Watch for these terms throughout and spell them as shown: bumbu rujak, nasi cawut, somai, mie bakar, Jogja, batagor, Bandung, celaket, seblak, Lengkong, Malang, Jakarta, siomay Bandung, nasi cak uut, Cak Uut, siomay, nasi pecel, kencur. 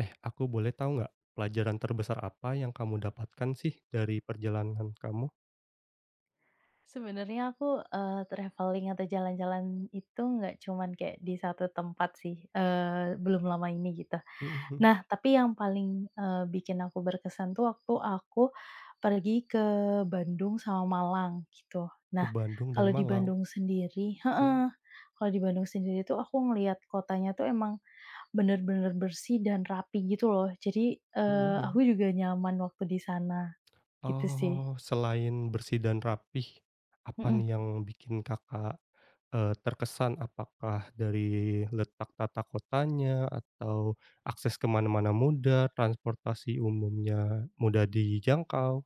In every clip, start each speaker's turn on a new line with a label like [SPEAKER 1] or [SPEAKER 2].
[SPEAKER 1] Eh, aku boleh tahu nggak pelajaran terbesar apa yang kamu dapatkan sih dari perjalanan kamu?
[SPEAKER 2] Sebenarnya aku, travelling atau jalan-jalan itu nggak cuman kayak di satu tempat sih, belum lama ini gitu.
[SPEAKER 1] Mhm mhm.
[SPEAKER 2] Nah, tapi yang paling, bikin aku berkesan tuh waktu aku pergi ke Bandung sama Malang gitu.
[SPEAKER 1] Ke
[SPEAKER 2] Nah,
[SPEAKER 1] Bandung dan
[SPEAKER 2] kalau di
[SPEAKER 1] Malang.
[SPEAKER 2] Bandung sendiri,
[SPEAKER 1] Mhm
[SPEAKER 2] heeh, kalau di Bandung sendiri tuh aku ngelihat kotanya tuh emang bener-bener bersih dan rapi gitu loh. Jadi,
[SPEAKER 1] mhm
[SPEAKER 2] aku
[SPEAKER 1] mhm.
[SPEAKER 2] juga nyaman waktu di sana, gitu sih.
[SPEAKER 1] Oh, selain bersih dan rapih, apa
[SPEAKER 2] Mhm.
[SPEAKER 1] nih yang bikin Kakak, terkesan? Apakah dari letak tata kotanya atau akses kemana mana mudah, transportasi umumnya mudah dijangkau,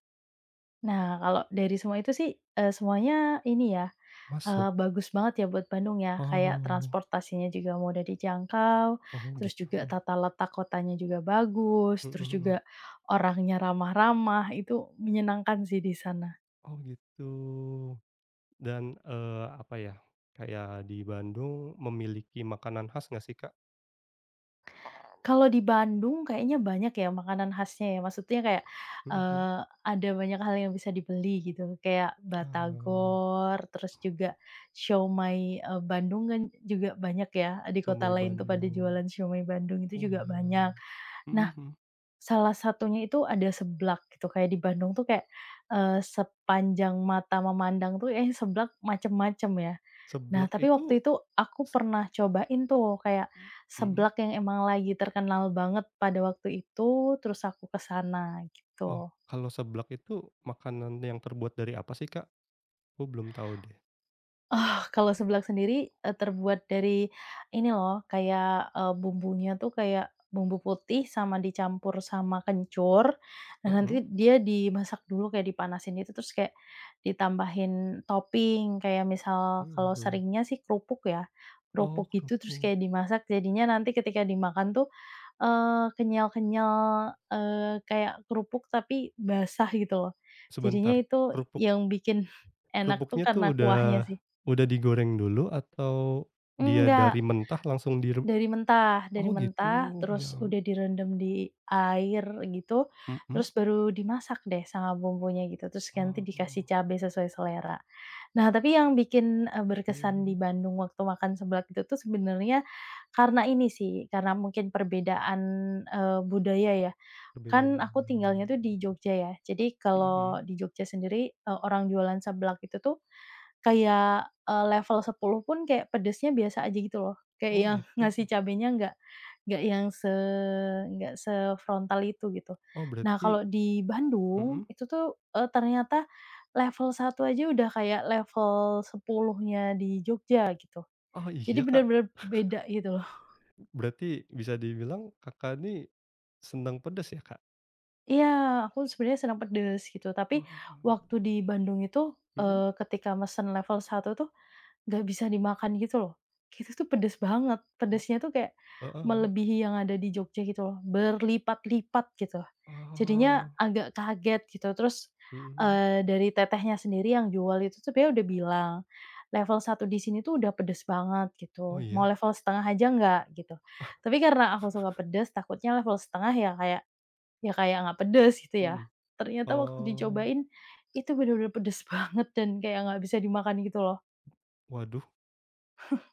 [SPEAKER 2] Nah, kalau dari semua itu sih, semuanya ini ya,
[SPEAKER 1] masuk?
[SPEAKER 2] bagus banget ya buat Bandung ya, kayak
[SPEAKER 1] Oh,
[SPEAKER 2] transportasinya juga mudah dijangkau,
[SPEAKER 1] oh
[SPEAKER 2] terus
[SPEAKER 1] gitu.
[SPEAKER 2] juga tata letak kotanya juga bagus,
[SPEAKER 1] Mhm
[SPEAKER 2] terus juga
[SPEAKER 1] mhm.
[SPEAKER 2] orangnya ramah-ramah, itu menyenangkan sih di sana.
[SPEAKER 1] Oh gitu. Dan, apa ya, kayak di Bandung memiliki makanan khas nggak sih, Kak?
[SPEAKER 2] Kalau di Bandung kayaknya banyak ya makanan khasnya ya, maksudnya kayak,
[SPEAKER 1] Mhm mhm.
[SPEAKER 2] eee, ada banyak hal yang bisa dibeli gitu, kayak
[SPEAKER 1] Oh,
[SPEAKER 2] batagor, terus juga siomay, Bandung kan juga banyak ya, di kota
[SPEAKER 1] siomay
[SPEAKER 2] lain tuh pada
[SPEAKER 1] Bandung.
[SPEAKER 2] jualan siomay Bandung itu
[SPEAKER 1] Oh
[SPEAKER 2] juga
[SPEAKER 1] iya.
[SPEAKER 2] banyak.
[SPEAKER 1] Mhm
[SPEAKER 2] Nah,
[SPEAKER 1] mhm.
[SPEAKER 2] salah satunya itu ada seblak gitu, kayak di Bandung tuh kayak, sepanjang mata memandang tuh, eh, seblak macem-macem ya. Nah,
[SPEAKER 1] Seblak
[SPEAKER 2] tapi
[SPEAKER 1] itu
[SPEAKER 2] waktu itu aku
[SPEAKER 1] se
[SPEAKER 2] pernah cobain tuh kayak
[SPEAKER 1] mhm.
[SPEAKER 2] seblak yang emang lagi terkenal banget pada waktu itu, terus aku ke sana
[SPEAKER 1] Oh,
[SPEAKER 2] gitu.
[SPEAKER 1] kalau seblak itu makanan yang terbuat dari apa sih, Kak? Aku belum tahu deh.
[SPEAKER 2] Ah, kalau seblak sendiri, terbuat dari ini loh kayak, bumbunya tuh kayak bumbu putih sama dicampur sama kencur. Nah,
[SPEAKER 1] Mhm.
[SPEAKER 2] nanti dia dimasak dulu kayak dipanasin itu terus kayak ditambahin topping kayak misal
[SPEAKER 1] Mhm
[SPEAKER 2] kalau
[SPEAKER 1] mhm.
[SPEAKER 2] seringnya sih kerupuk ya,
[SPEAKER 1] Oh,
[SPEAKER 2] kerupuk gitu terus
[SPEAKER 1] kerupuk.
[SPEAKER 2] kayak dimasak jadinya nanti ketika dimakan tuh kenyal-kenyal, kayak kerupuk tapi basah gitu loh.
[SPEAKER 1] Sebentar,
[SPEAKER 2] Jadinya itu
[SPEAKER 1] kerupuk
[SPEAKER 2] yang bikin enak tuh
[SPEAKER 1] kerupuknya tuh
[SPEAKER 2] karena
[SPEAKER 1] udah
[SPEAKER 2] kuahnya sih.
[SPEAKER 1] udah digoreng dulu, atau dia
[SPEAKER 2] Enggak,
[SPEAKER 1] dari mentah langsung di?
[SPEAKER 2] dari
[SPEAKER 1] Oh gitu,
[SPEAKER 2] mentah,
[SPEAKER 1] ya,
[SPEAKER 2] terus udah direndam di air gitu,
[SPEAKER 1] mhm.
[SPEAKER 2] terus baru dimasak deh sama bumbunya gitu, terus ganti
[SPEAKER 1] Oh,
[SPEAKER 2] dikasih
[SPEAKER 1] oh.
[SPEAKER 2] cabe sesuai selera. Nah, tapi yang bikin,
[SPEAKER 1] Mhm
[SPEAKER 2] berkesan di
[SPEAKER 1] mhm.
[SPEAKER 2] Bandung waktu makan seblak itu tuh sebenarnya karena ini sih, karena mungkin perbedaan, budaya ya.
[SPEAKER 1] Perbedaan
[SPEAKER 2] Kan aku
[SPEAKER 1] budaya.
[SPEAKER 2] tinggalnya tuh di Jogja ya. Jadi
[SPEAKER 1] Mhm mhm.
[SPEAKER 2] kalau di Jogja sendiri, orang jualan seblak itu tuh kayak, level 10 pun kayak pedesnya biasa aja gitu loh. Kayak
[SPEAKER 1] Oh
[SPEAKER 2] yang
[SPEAKER 1] gitu.
[SPEAKER 2] ngasih cabenya nggak yang nggak sefrontal itu gitu.
[SPEAKER 1] Oh,
[SPEAKER 2] Nah
[SPEAKER 1] berarti
[SPEAKER 2] kalau di
[SPEAKER 1] mhm.
[SPEAKER 2] Bandung itu tuh, ternyata level 1 aja udah kayak level 10-nya di Jogja gitu.
[SPEAKER 1] Oh
[SPEAKER 2] Jadi
[SPEAKER 1] iya, Kak.
[SPEAKER 2] benar-benar beda gitu loh.
[SPEAKER 1] Berarti bisa dibilang Kakak nih senang pedas ya, Kak?
[SPEAKER 2] Iya, aku sebenarnya senang pedes gitu, tapi
[SPEAKER 1] Wah.
[SPEAKER 2] waktu di Bandung itu,
[SPEAKER 1] Mhm.
[SPEAKER 2] ketika mesen level 1 tuh nggak bisa dimakan gitu loh. Itu tuh pedes banget, pedesnya tuh kayak
[SPEAKER 1] Heeh.
[SPEAKER 2] melebihi yang ada di Jogja gitu loh, berlipat-lipat gitu. Jadinya
[SPEAKER 1] Oh.
[SPEAKER 2] agak kaget gitu, terus,
[SPEAKER 1] Mhm mhm.
[SPEAKER 2] dari tetehnya sendiri yang jual itu sebenarnya udah bilang, "Level 1 di sini tuh udah pedes banget,"
[SPEAKER 1] Oh
[SPEAKER 2] gitu, "mau
[SPEAKER 1] iya.
[SPEAKER 2] level 1/2 aja nggak?" Gitu. Tapi karena aku suka pedes, takutnya level 1/2 ya kayak ya kayak nggak pedes gitu ya.
[SPEAKER 1] Mhm.
[SPEAKER 2] Ternyata waktu
[SPEAKER 1] Oh,
[SPEAKER 2] dicobain, itu bener-bener pedes banget dan kayak nggak bisa dimakan gitu loh.
[SPEAKER 1] waduh,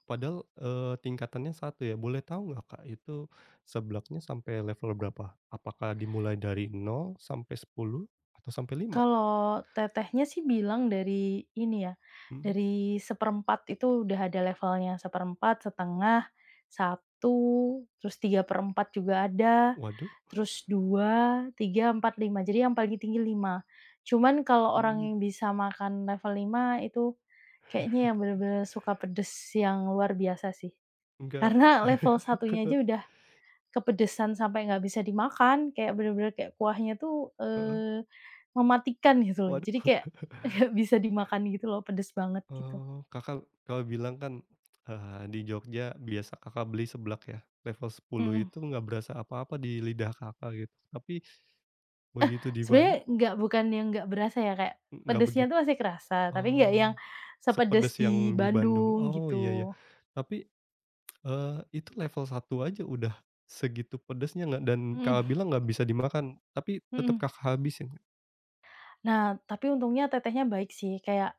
[SPEAKER 1] padahal, tingkatannya satu ya, boleh tahu nggak, Kak, itu seblaknya sampai level berapa? Apakah dimulai dari nol sampai 10 atau sampai lima?
[SPEAKER 2] Kalau tetehnya sih bilang dari ini ya,
[SPEAKER 1] Mhm.
[SPEAKER 2] dari seperempat itu udah ada levelnya, seperempat, setengah, satu terus 3 perempat juga ada,
[SPEAKER 1] Waduh.
[SPEAKER 2] terus dua tiga empat lima jadi yang paling tinggi lima. Cuman kalau orang
[SPEAKER 1] Mhm.
[SPEAKER 2] yang bisa makan level 5 itu kayaknya yang bener-bener suka pedes yang luar biasa sih.
[SPEAKER 1] Enggak.
[SPEAKER 2] Karena level satunya aja udah kepedesan sampai nggak bisa dimakan, kayak bener-bener kayak kuahnya tuh,
[SPEAKER 1] Heeh.
[SPEAKER 2] mematikan gitu loh. Jadi
[SPEAKER 1] Waduh,
[SPEAKER 2] kayak nggak bisa dimakan gitu loh, pedes banget gitu.
[SPEAKER 1] Kakak kalau bilang kan, di Jogja biasa Kakak beli seblak ya, level 10
[SPEAKER 2] Mhm.
[SPEAKER 1] itu nggak berasa apa-apa di lidah Kakak gitu, tapi begitu di
[SPEAKER 2] Sebenarnya
[SPEAKER 1] Bandung
[SPEAKER 2] nggak bukan yang nggak berasa ya, kayak
[SPEAKER 1] nggak
[SPEAKER 2] pedesnya tuh
[SPEAKER 1] begitu.
[SPEAKER 2] masih kerasa, tapi nggak yang
[SPEAKER 1] Oh,
[SPEAKER 2] sepedes
[SPEAKER 1] sepedes
[SPEAKER 2] di
[SPEAKER 1] yang di Bandung.
[SPEAKER 2] Bandung
[SPEAKER 1] Oh, iya ya.
[SPEAKER 2] gitu.
[SPEAKER 1] Tapi, eee, itu level satu aja udah segitu pedesnya nggak, dan Kakak
[SPEAKER 2] Mhm
[SPEAKER 1] bilang nggak bisa dimakan, tapi tetap
[SPEAKER 2] mhm.
[SPEAKER 1] Kakak habisin?
[SPEAKER 2] Nah, tapi untungnya tetehnya baik sih, kayak,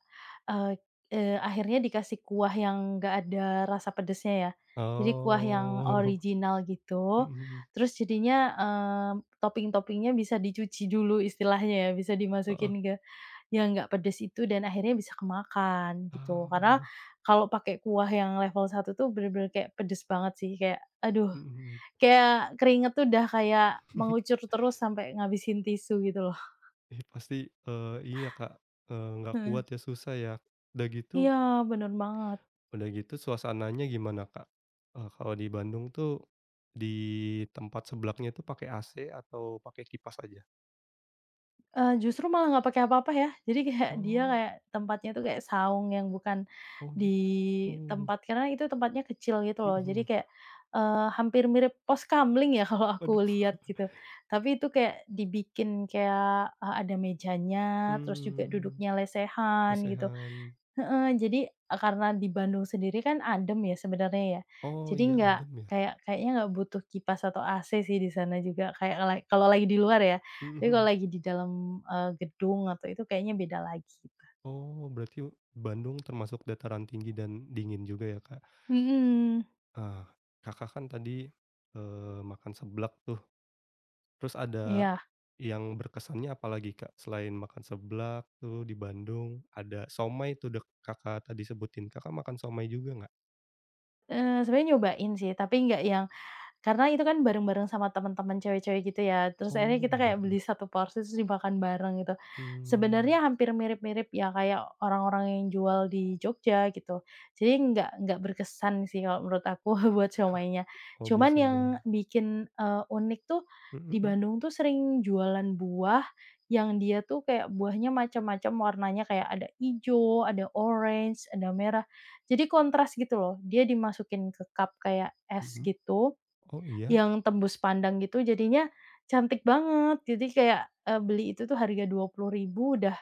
[SPEAKER 2] eee eee, akhirnya dikasih kuah yang nggak ada rasa pedesnya ya. Jadi kuah yang
[SPEAKER 1] Oh.
[SPEAKER 2] original
[SPEAKER 1] Mhm
[SPEAKER 2] gitu,
[SPEAKER 1] mhm.
[SPEAKER 2] terus jadinya, topping-toppingnya bisa dicuci dulu istilahnya ya, bisa
[SPEAKER 1] Heeh.
[SPEAKER 2] dimasukin ke yang nggak pedes itu dan akhirnya bisa kemakan gitu. Karena
[SPEAKER 1] Oh.
[SPEAKER 2] kalau pakai kuah yang level 1 tuh bener-bener kayak pedes banget sih, kayak aduh,
[SPEAKER 1] Mhm mhm.
[SPEAKER 2] kayak keringet tuh udah kayak mengucur terus sampai ngabisin tisu gitu loh.
[SPEAKER 1] Ih, pasti, iya, Kak, nggak kuat
[SPEAKER 2] Heeh.
[SPEAKER 1] ya, susah ya. Udah gitu
[SPEAKER 2] Iya, bener banget.
[SPEAKER 1] udah gitu suasananya gimana, Kak? Kalau di Bandung tuh di tempat sebelahnya tuh pakai AC atau pakai kipas aja?
[SPEAKER 2] Justru malah nggak pakai apa-apa ya. Jadi kayak dia
[SPEAKER 1] Oh,
[SPEAKER 2] kayak tempatnya tuh kayak saung yang bukan
[SPEAKER 1] oh
[SPEAKER 2] di
[SPEAKER 1] gitu.
[SPEAKER 2] tempat karena itu tempatnya kecil gitu loh. Jadi
[SPEAKER 1] Mhm.
[SPEAKER 2] kayak, hampir mirip pos kamling ya kalau aku
[SPEAKER 1] Waduh.
[SPEAKER 2] lihat gitu. Tapi itu kayak dibikin kayak, ada mejanya, terus juga
[SPEAKER 1] Mmm.
[SPEAKER 2] duduknya lesehan gitu.
[SPEAKER 1] Lesehan.
[SPEAKER 2] Heeh, jadi, karena di Bandung sendiri kan adem ya sebenarnya ya,
[SPEAKER 1] Oh
[SPEAKER 2] jadi
[SPEAKER 1] iya,
[SPEAKER 2] nggak
[SPEAKER 1] adem ya?
[SPEAKER 2] kayaknya nggak butuh kipas atau AC sih di sana juga kayak la kalau lagi di luar ya,
[SPEAKER 1] Mhm
[SPEAKER 2] tapi kalau
[SPEAKER 1] mhm.
[SPEAKER 2] lagi di dalam, gedung atau itu kayaknya beda lagi gitu.
[SPEAKER 1] Oh, berarti Bandung termasuk dataran tinggi dan dingin juga ya, Kak?
[SPEAKER 2] Mhm,
[SPEAKER 1] Ah, Kakak kan tadi, makan seblak tuh. Terus ada
[SPEAKER 2] iya,
[SPEAKER 1] yang berkesannya apalagi, Kak? Selain makan seblak tuh di Bandung, ada somai tuh dek Kakak tadi sebutin. Kakak makan somai juga nggak?
[SPEAKER 2] sebenarnya nyobain sih tapi nggak yang. Karena itu kan bareng-bareng sama teman-teman cewek-cewek gitu ya, terus akhirnya
[SPEAKER 1] Oh,
[SPEAKER 2] kita
[SPEAKER 1] ya
[SPEAKER 2] kayak beli
[SPEAKER 1] bareng-bareng.
[SPEAKER 2] satu porsi terus dimakan bareng gitu.
[SPEAKER 1] Mmm.
[SPEAKER 2] Sebenarnya hampir mirip-mirip ya kayak orang-orang yang jual di Jogja gitu. Jadi nggak berkesan sih kalau menurut aku buat siomaynya.
[SPEAKER 1] Oh,
[SPEAKER 2] Cuman
[SPEAKER 1] biasa
[SPEAKER 2] yang
[SPEAKER 1] aja.
[SPEAKER 2] bikin, unik tuh
[SPEAKER 1] Mhm
[SPEAKER 2] di
[SPEAKER 1] mhm
[SPEAKER 2] Bandung tuh sering jualan buah yang dia tuh kayak buahnya macam-macam warnanya kayak ada hijau ada orange, ada merah. Jadi kontras gitu loh, dia dimasukin ke cup kayak es
[SPEAKER 1] mhm.
[SPEAKER 2] gitu
[SPEAKER 1] Oh iya?
[SPEAKER 2] yang tembus pandang gitu jadinya cantik banget. Jadi kayak, beli itu tuh harga 20 ribu udah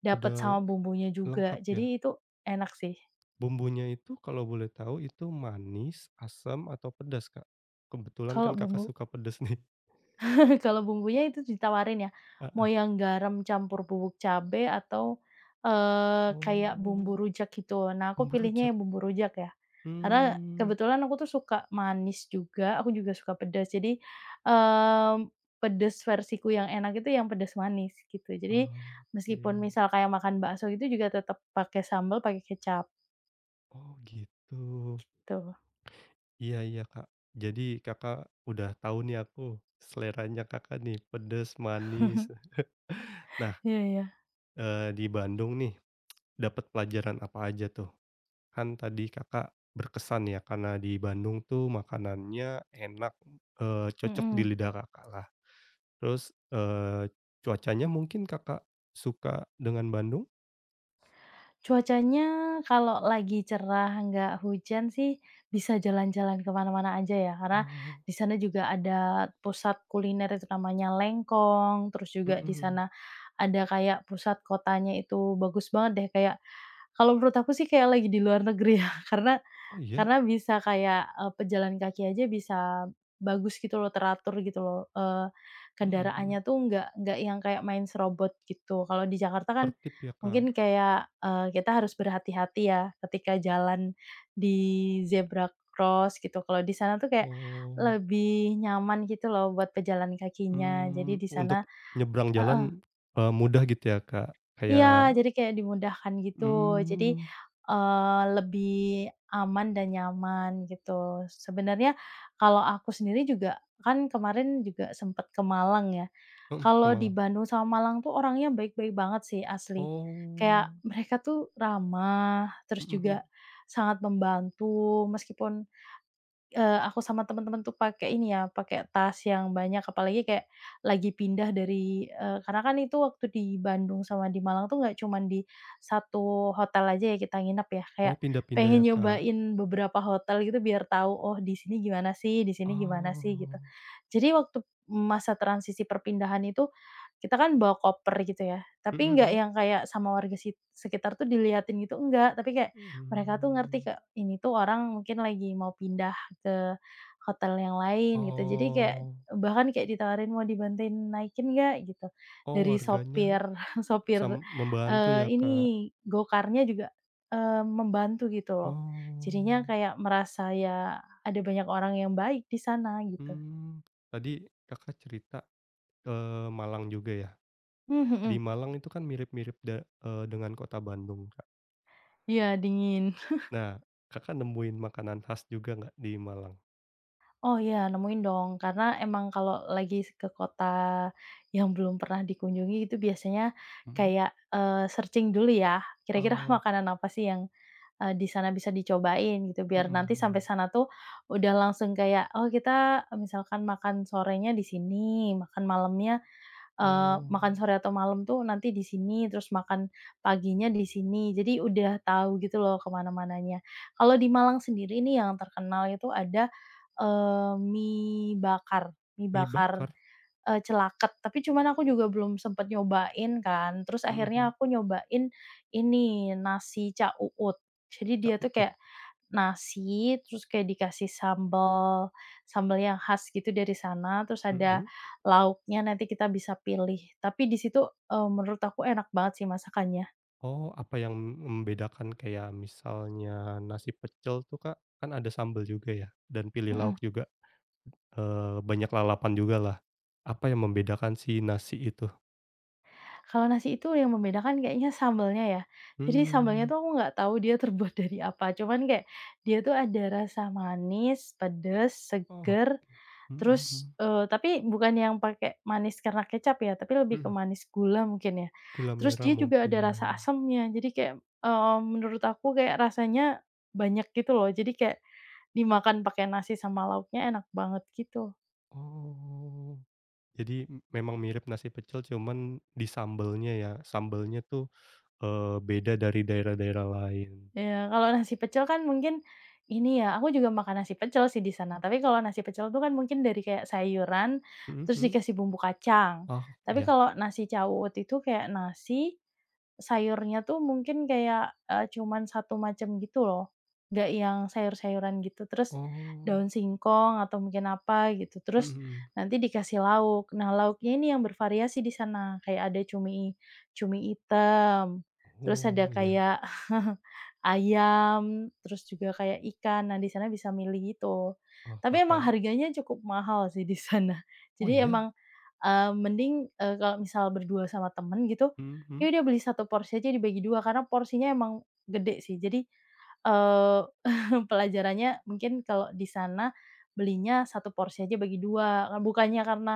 [SPEAKER 2] dapet
[SPEAKER 1] Udah
[SPEAKER 2] sama bumbunya juga.
[SPEAKER 1] lengkap ya?
[SPEAKER 2] Jadi itu enak sih.
[SPEAKER 1] Bumbunya itu kalau boleh tahu itu manis, asam, atau pedas, Kak? Kebetulan kan
[SPEAKER 2] Kalau
[SPEAKER 1] Kakak
[SPEAKER 2] bumbu
[SPEAKER 1] suka pedas nih.
[SPEAKER 2] Kalau bumbunya itu ditawarin ya, mau
[SPEAKER 1] Heeh.
[SPEAKER 2] yang garam campur bubuk cabe atau, kayak
[SPEAKER 1] Oh,
[SPEAKER 2] bumbu rujak gitu. Nah, aku
[SPEAKER 1] bumbu rujak?
[SPEAKER 2] pilihnya yang bumbu rujak ya, karena
[SPEAKER 1] Mmm.
[SPEAKER 2] kebetulan aku tuh suka manis juga, aku juga suka pedas. Jadi, mmm, pedes versiku yang enak itu yang pedas manis gitu. Jadi,
[SPEAKER 1] Oke.
[SPEAKER 2] meskipun misal kayak makan bakso gitu juga tetap pakai sambel, pakai kecap,
[SPEAKER 1] Oh gitu.
[SPEAKER 2] tuh.
[SPEAKER 1] Iya iya, Kak. Jadi Kakak udah tahu nih aku, seleranya Kakak nih, pedes, manis. Nah,
[SPEAKER 2] Iya iya.
[SPEAKER 1] di Bandung nih, dapat pelajaran apa aja tuh? Kan tadi Kakak berkesan ya, karena di Bandung tuh makanannya enak, cocok di
[SPEAKER 2] Mhm.
[SPEAKER 1] lidah Kakak lah. Terus, cuacanya mungkin Kakak suka dengan Bandung?
[SPEAKER 2] Cuacanya kalau lagi cerah, nggak hujan sih, bisa jalan-jalan ke mana-mana aja ya, karena
[SPEAKER 1] Oh.
[SPEAKER 2] di sana juga ada pusat kuliner itu namanya Lengkong, terus juga di
[SPEAKER 1] Mhm.
[SPEAKER 2] sana ada kayak pusat kotanya itu bagus banget deh, kayak kalau menurut aku sih kayak lagi di luar negeri ya, karena
[SPEAKER 1] Oh iya?
[SPEAKER 2] karena bisa kayak, pejalan kaki aja bisa bagus gitu loh, teratur gitu loh,
[SPEAKER 1] Mhm mhm.
[SPEAKER 2] kendaraannya tuh nggak yang kayak main serobot gitu. Kalau di Jakarta kan
[SPEAKER 1] Tertib ya, Kak?
[SPEAKER 2] mungkin kayak, kita harus berhati-hati ya ketika jalan di zebra cross gitu. Kalau di sana tuh kayak
[SPEAKER 1] Oh.
[SPEAKER 2] lebih nyaman gitu loh buat pejalan kakinya.
[SPEAKER 1] Mmm.
[SPEAKER 2] Jadi di
[SPEAKER 1] Untuk
[SPEAKER 2] sana,
[SPEAKER 1] nyebrang
[SPEAKER 2] eh,
[SPEAKER 1] jalan, mudah gitu ya, Kak?
[SPEAKER 2] iya,
[SPEAKER 1] Kayak,
[SPEAKER 2] jadi kayak dimudahkan gitu. Jadi,
[SPEAKER 1] mmm,
[SPEAKER 2] lebih aman dan nyaman gitu. Sebenarnya kalau aku sendiri juga kan kemarin juga sempet ke Malang ya.
[SPEAKER 1] mhm, ke
[SPEAKER 2] Kalau di
[SPEAKER 1] Malang.
[SPEAKER 2] Bandung sama Malang tuh orangnya baik-baik banget sih asli. Kayak
[SPEAKER 1] Oh.
[SPEAKER 2] mereka tuh ramah, terus
[SPEAKER 1] Mhm mhm.
[SPEAKER 2] juga sangat membantu meskipun. Aku sama temen-temen tuh pakai ini ya, pakai tas yang banyak, apalagi kayak lagi pindah dari karena kan itu waktu di Bandung sama di Malang tuh nggak cuman di satu hotel aja ya kita nginep ya,
[SPEAKER 1] Oh,
[SPEAKER 2] kayak
[SPEAKER 1] pindah-pindah ya,
[SPEAKER 2] pengen
[SPEAKER 1] Kak?
[SPEAKER 2] nyobain beberapa hotel gitu biar tahu, "Oh di sini gimana sih, di sini gimana sih?" Gitu.
[SPEAKER 1] Oh.
[SPEAKER 2] Jadi waktu masa transisi perpindahan itu, kita kan bawa koper gitu ya,
[SPEAKER 1] Mhm
[SPEAKER 2] tapi nggak
[SPEAKER 1] mhm.
[SPEAKER 2] yang kayak sama warga sekitar tuh diliatin gitu, enggak, tapi kayak mereka tuh ngerti
[SPEAKER 1] Mmm.
[SPEAKER 2] Kak, ini tuh orang mungkin lagi mau pindah ke hotel yang lain gitu. Jadi kayak
[SPEAKER 1] Oh,
[SPEAKER 2] bahkan kayak ditawarin, "Mau dibantuin naikin nggak?" Gitu.
[SPEAKER 1] oh,
[SPEAKER 2] Dari
[SPEAKER 1] warganya
[SPEAKER 2] sopir sopir,
[SPEAKER 1] membantu ya,
[SPEAKER 2] ini
[SPEAKER 1] Kak?
[SPEAKER 2] gokarnya juga, membantu gitu loh.
[SPEAKER 1] Oh.
[SPEAKER 2] Jadinya kayak merasa ya ada banyak orang yang baik di sana gitu.
[SPEAKER 1] Mmm. Tadi Kakak cerita ke Malang juga ya?
[SPEAKER 2] Mmm,
[SPEAKER 1] Di
[SPEAKER 2] mhm.
[SPEAKER 1] Malang itu kan mirip-mirip dengan kota Bandung.
[SPEAKER 2] Iya, dingin.
[SPEAKER 1] Nah, Kakak nemuin makanan khas juga nggak di Malang?
[SPEAKER 2] Oh iya, nemuin dong. Karena emang kalau lagi ke kota yang belum pernah dikunjungi itu biasanya
[SPEAKER 1] Mhm.
[SPEAKER 2] kayak, searching dulu ya, kira-kira
[SPEAKER 1] Oh.
[SPEAKER 2] makanan apa sih yang, di sana bisa dicobain gitu, biar
[SPEAKER 1] Mhm
[SPEAKER 2] nanti
[SPEAKER 1] mhm.
[SPEAKER 2] sampai sana tuh udah langsung kayak, "Oh kita," misalkan, "makan sorenya di sini, makan malamnya
[SPEAKER 1] Oh,
[SPEAKER 2] makan sore atau malam tuh nanti di sini, terus makan paginya di sini. Jadi udah tahu gitu loh kemana mananya." Kalau di Malang sendiri ini yang terkenal itu ada, eee, mie bakar mie
[SPEAKER 1] mie
[SPEAKER 2] bakar,
[SPEAKER 1] bakar?
[SPEAKER 2] celaket, tapi cuman aku juga belum sempet nyobain kan. Terus
[SPEAKER 1] Mhm
[SPEAKER 2] akhirnya
[SPEAKER 1] mhm.
[SPEAKER 2] aku nyobain ini, nasi cak uut. Jadi
[SPEAKER 1] Cak
[SPEAKER 2] dia tuh
[SPEAKER 1] uut?
[SPEAKER 2] kayak nasi, terus kayak dikasih sambal sambal yang khas gitu dari sana, terus ada
[SPEAKER 1] Mhm.
[SPEAKER 2] lauknya nanti kita bisa pilih. Tapi di situ, menurut aku enak banget sih masakannya,
[SPEAKER 1] Oh, apa yang membedakan kayak misalnya nasi pecel tuh, Kak, kan ada sambal juga ya dan pilih
[SPEAKER 2] mhm.
[SPEAKER 1] lauk juga, banyak lalapan juga lah. Apa yang membedakan si nasi itu?
[SPEAKER 2] Kalau nasi itu yang membedakan kayaknya sambelnya ya. Jadi sambelnya
[SPEAKER 1] Mmm.
[SPEAKER 2] tuh aku nggak tahu dia terbuat dari apa, cuman kayak dia tuh ada rasa manis, pedes,
[SPEAKER 1] Oh.
[SPEAKER 2] seger.
[SPEAKER 1] Mhm
[SPEAKER 2] Terus,
[SPEAKER 1] mhm.
[SPEAKER 2] tapi bukan yang pakai manis karena kecap ya, tapi lebih ke
[SPEAKER 1] Mhm.
[SPEAKER 2] manis gula mungkin ya.
[SPEAKER 1] Gula
[SPEAKER 2] Terus
[SPEAKER 1] merah
[SPEAKER 2] dia juga ada
[SPEAKER 1] mungkin.
[SPEAKER 2] rasa asamnya, jadi kayak, menurut aku kayak rasanya banyak gitu loh, jadi kayak dimakan pakai nasi sama lauknya enak banget gitu.
[SPEAKER 1] Oh. Jadi memang mirip nasi pecel, cuman di sambelnya ya, sambelnya tuh, beda dari daerah-daerah lain.
[SPEAKER 2] Iya, kalau nasi pecel kan mungkin ini ya, aku juga makan nasi pecel sih di sana, tapi kalau nasi pecel itu kan mungkin dari kayak sayuran,
[SPEAKER 1] Mhm
[SPEAKER 2] terus
[SPEAKER 1] mhm.
[SPEAKER 2] dikasih bumbu kacang.
[SPEAKER 1] Oh,
[SPEAKER 2] Tapi
[SPEAKER 1] iya.
[SPEAKER 2] kalau nasi cawut itu kayak nasi. Sayurnya tuh mungkin kayak, cuman 1 macam gitu loh, nggak yang sayur-sayuran gitu, terus
[SPEAKER 1] Oh.
[SPEAKER 2] daun singkong atau mungkin apa gitu,
[SPEAKER 1] Mhm
[SPEAKER 2] terus
[SPEAKER 1] mhm.
[SPEAKER 2] nanti dikasih lauk. Nah, lauknya ini yang bervariasi di sana, kayak ada cumi cumi hitam, terus
[SPEAKER 1] Oh,
[SPEAKER 2] ada
[SPEAKER 1] iya.
[SPEAKER 2] kayak ayam, terus juga kayak ikan. Nah, di sana bisa milih itu.
[SPEAKER 1] Wah,
[SPEAKER 2] Tapi emang
[SPEAKER 1] Kakak,
[SPEAKER 2] harganya cukup mahal sih di sana.
[SPEAKER 1] oh
[SPEAKER 2] Jadi
[SPEAKER 1] iya?
[SPEAKER 2] emang, mending, kalau misal berdua sama temen gitu,
[SPEAKER 1] Mhm mhm.
[SPEAKER 2] ya udah beli satu porsi aja dibagi 2 karena porsinya emang gede sih. Jadi, eee, pelajarannya mungkin kalau di sana belinya satu porsi aja bagi 2 bukannya karena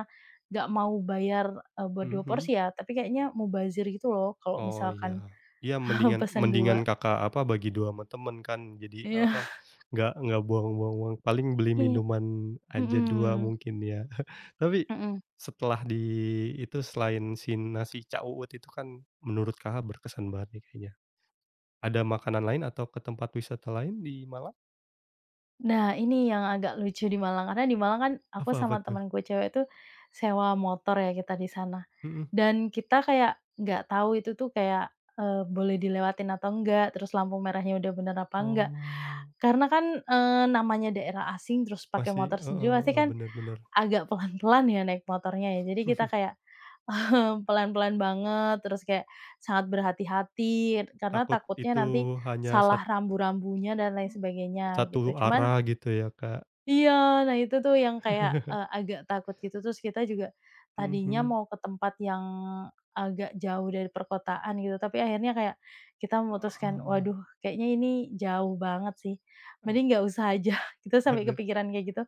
[SPEAKER 2] nggak mau bayar, buat
[SPEAKER 1] Mhm
[SPEAKER 2] 2
[SPEAKER 1] mhm.
[SPEAKER 2] porsi ya, tapi kayaknya mubazir gitu loh kalau
[SPEAKER 1] Oh, iya.
[SPEAKER 2] misalkan
[SPEAKER 1] Iya, mendingan
[SPEAKER 2] pesen
[SPEAKER 1] mendingan
[SPEAKER 2] dua.
[SPEAKER 1] Kakak, apa, bagi 2 sama temen kan, jadi, apa,
[SPEAKER 2] Iya.
[SPEAKER 1] nggak buang-buang uang, paling beli
[SPEAKER 2] Iya.
[SPEAKER 1] minuman aja 2
[SPEAKER 2] Mhm,
[SPEAKER 1] mungkin ya. Tapi,
[SPEAKER 2] mhm.
[SPEAKER 1] setelah itu, selain si nasi Cak Uut itu, kan menurut Kakak berkesan banget nih kayaknya. Ada makanan lain atau ke tempat wisata lain di Malang?
[SPEAKER 2] Nah, ini yang agak lucu di Malang, karena di Malang kan aku
[SPEAKER 1] Apa-apa
[SPEAKER 2] sama
[SPEAKER 1] tuh?
[SPEAKER 2] temenku cewek itu sewa motor ya kita di sana.
[SPEAKER 1] Mhm.
[SPEAKER 2] Dan kita kayak nggak tahu itu tuh kayak, boleh dilewatin atau enggak, terus lampu merahnya udah bener apa enggak.
[SPEAKER 1] Oh,
[SPEAKER 2] Karena kan, namanya daerah asing terus pakai
[SPEAKER 1] masih
[SPEAKER 2] motor
[SPEAKER 1] heeh
[SPEAKER 2] sendiri pasti
[SPEAKER 1] heeh,
[SPEAKER 2] kan
[SPEAKER 1] bener bener.
[SPEAKER 2] agak pelan-pelan ya naik motornya ya. Jadi kita kayak, pelan-pelan banget, terus kayak sangat berhati-hati karena
[SPEAKER 1] Takut
[SPEAKER 2] takutnya
[SPEAKER 1] itu
[SPEAKER 2] nanti
[SPEAKER 1] hanya
[SPEAKER 2] salah rambu-rambunya dan lain sebagainya
[SPEAKER 1] satu
[SPEAKER 2] gitu. Cuman
[SPEAKER 1] arah gitu ya, Kak.
[SPEAKER 2] iya, nah itu tuh yang kayak, agak takut gitu, terus kita juga tadinya
[SPEAKER 1] Mhm.
[SPEAKER 2] mau ke tempat yang agak jauh dari perkotaan gitu, tapi akhirnya kayak kita memutuskan, "Waduh
[SPEAKER 1] Ah,
[SPEAKER 2] kayaknya ini jauh banget sih,
[SPEAKER 1] ah,
[SPEAKER 2] mending nggak usah aja." Kita sampai
[SPEAKER 1] waduh
[SPEAKER 2] kepikiran kayak gitu,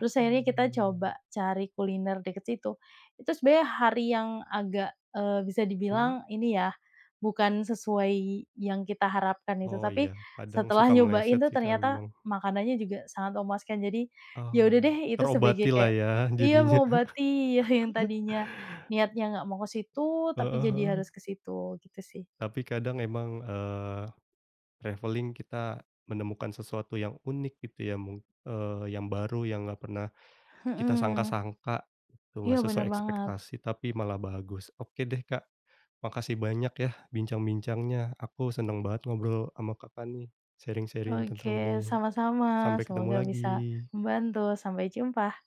[SPEAKER 2] terus akhirnya kita
[SPEAKER 1] waduh.
[SPEAKER 2] coba cari kuliner deket situ. Itu sebenarnya hari yang agak, bisa
[SPEAKER 1] Mhm?
[SPEAKER 2] dibilang ini ya, bukan sesuai yang kita harapkan itu,
[SPEAKER 1] Oh iya,
[SPEAKER 2] tapi
[SPEAKER 1] kadang
[SPEAKER 2] setelah
[SPEAKER 1] suka
[SPEAKER 2] nyobain
[SPEAKER 1] meleset
[SPEAKER 2] tuh
[SPEAKER 1] sih, Kak,
[SPEAKER 2] ternyata
[SPEAKER 1] memang.
[SPEAKER 2] makanannya juga sangat memuaskan. Jadi, ya
[SPEAKER 1] Oh,
[SPEAKER 2] udah deh itu
[SPEAKER 1] terobati
[SPEAKER 2] sebagai
[SPEAKER 1] lah
[SPEAKER 2] kayak
[SPEAKER 1] ya
[SPEAKER 2] iya
[SPEAKER 1] jadinya.
[SPEAKER 2] mengobati ya yang tadinya niatnya nggak mau ke situ, tapi
[SPEAKER 1] Heeh heeh.
[SPEAKER 2] jadi harus ke situ, gitu sih.
[SPEAKER 1] Tapi kadang emang, traveling kita menemukan sesuatu yang unik gitu ya yang baru, yang nggak pernah kita
[SPEAKER 2] Mhm,
[SPEAKER 1] sangka-sangka, itu
[SPEAKER 2] iya
[SPEAKER 1] nggak sesuai
[SPEAKER 2] bener banget.
[SPEAKER 1] ekspektasi tapi malah bagus. Oke deh, Kak, makasih banyak ya bincang-bincangnya. Aku seneng banget ngobrol sama Kakak nih, sharing-sharing tentang
[SPEAKER 2] Oke,
[SPEAKER 1] ini.
[SPEAKER 2] sama-sama,
[SPEAKER 1] Sampai ketemu
[SPEAKER 2] semoga
[SPEAKER 1] lagi.
[SPEAKER 2] bisa membantu. Sampai jumpa.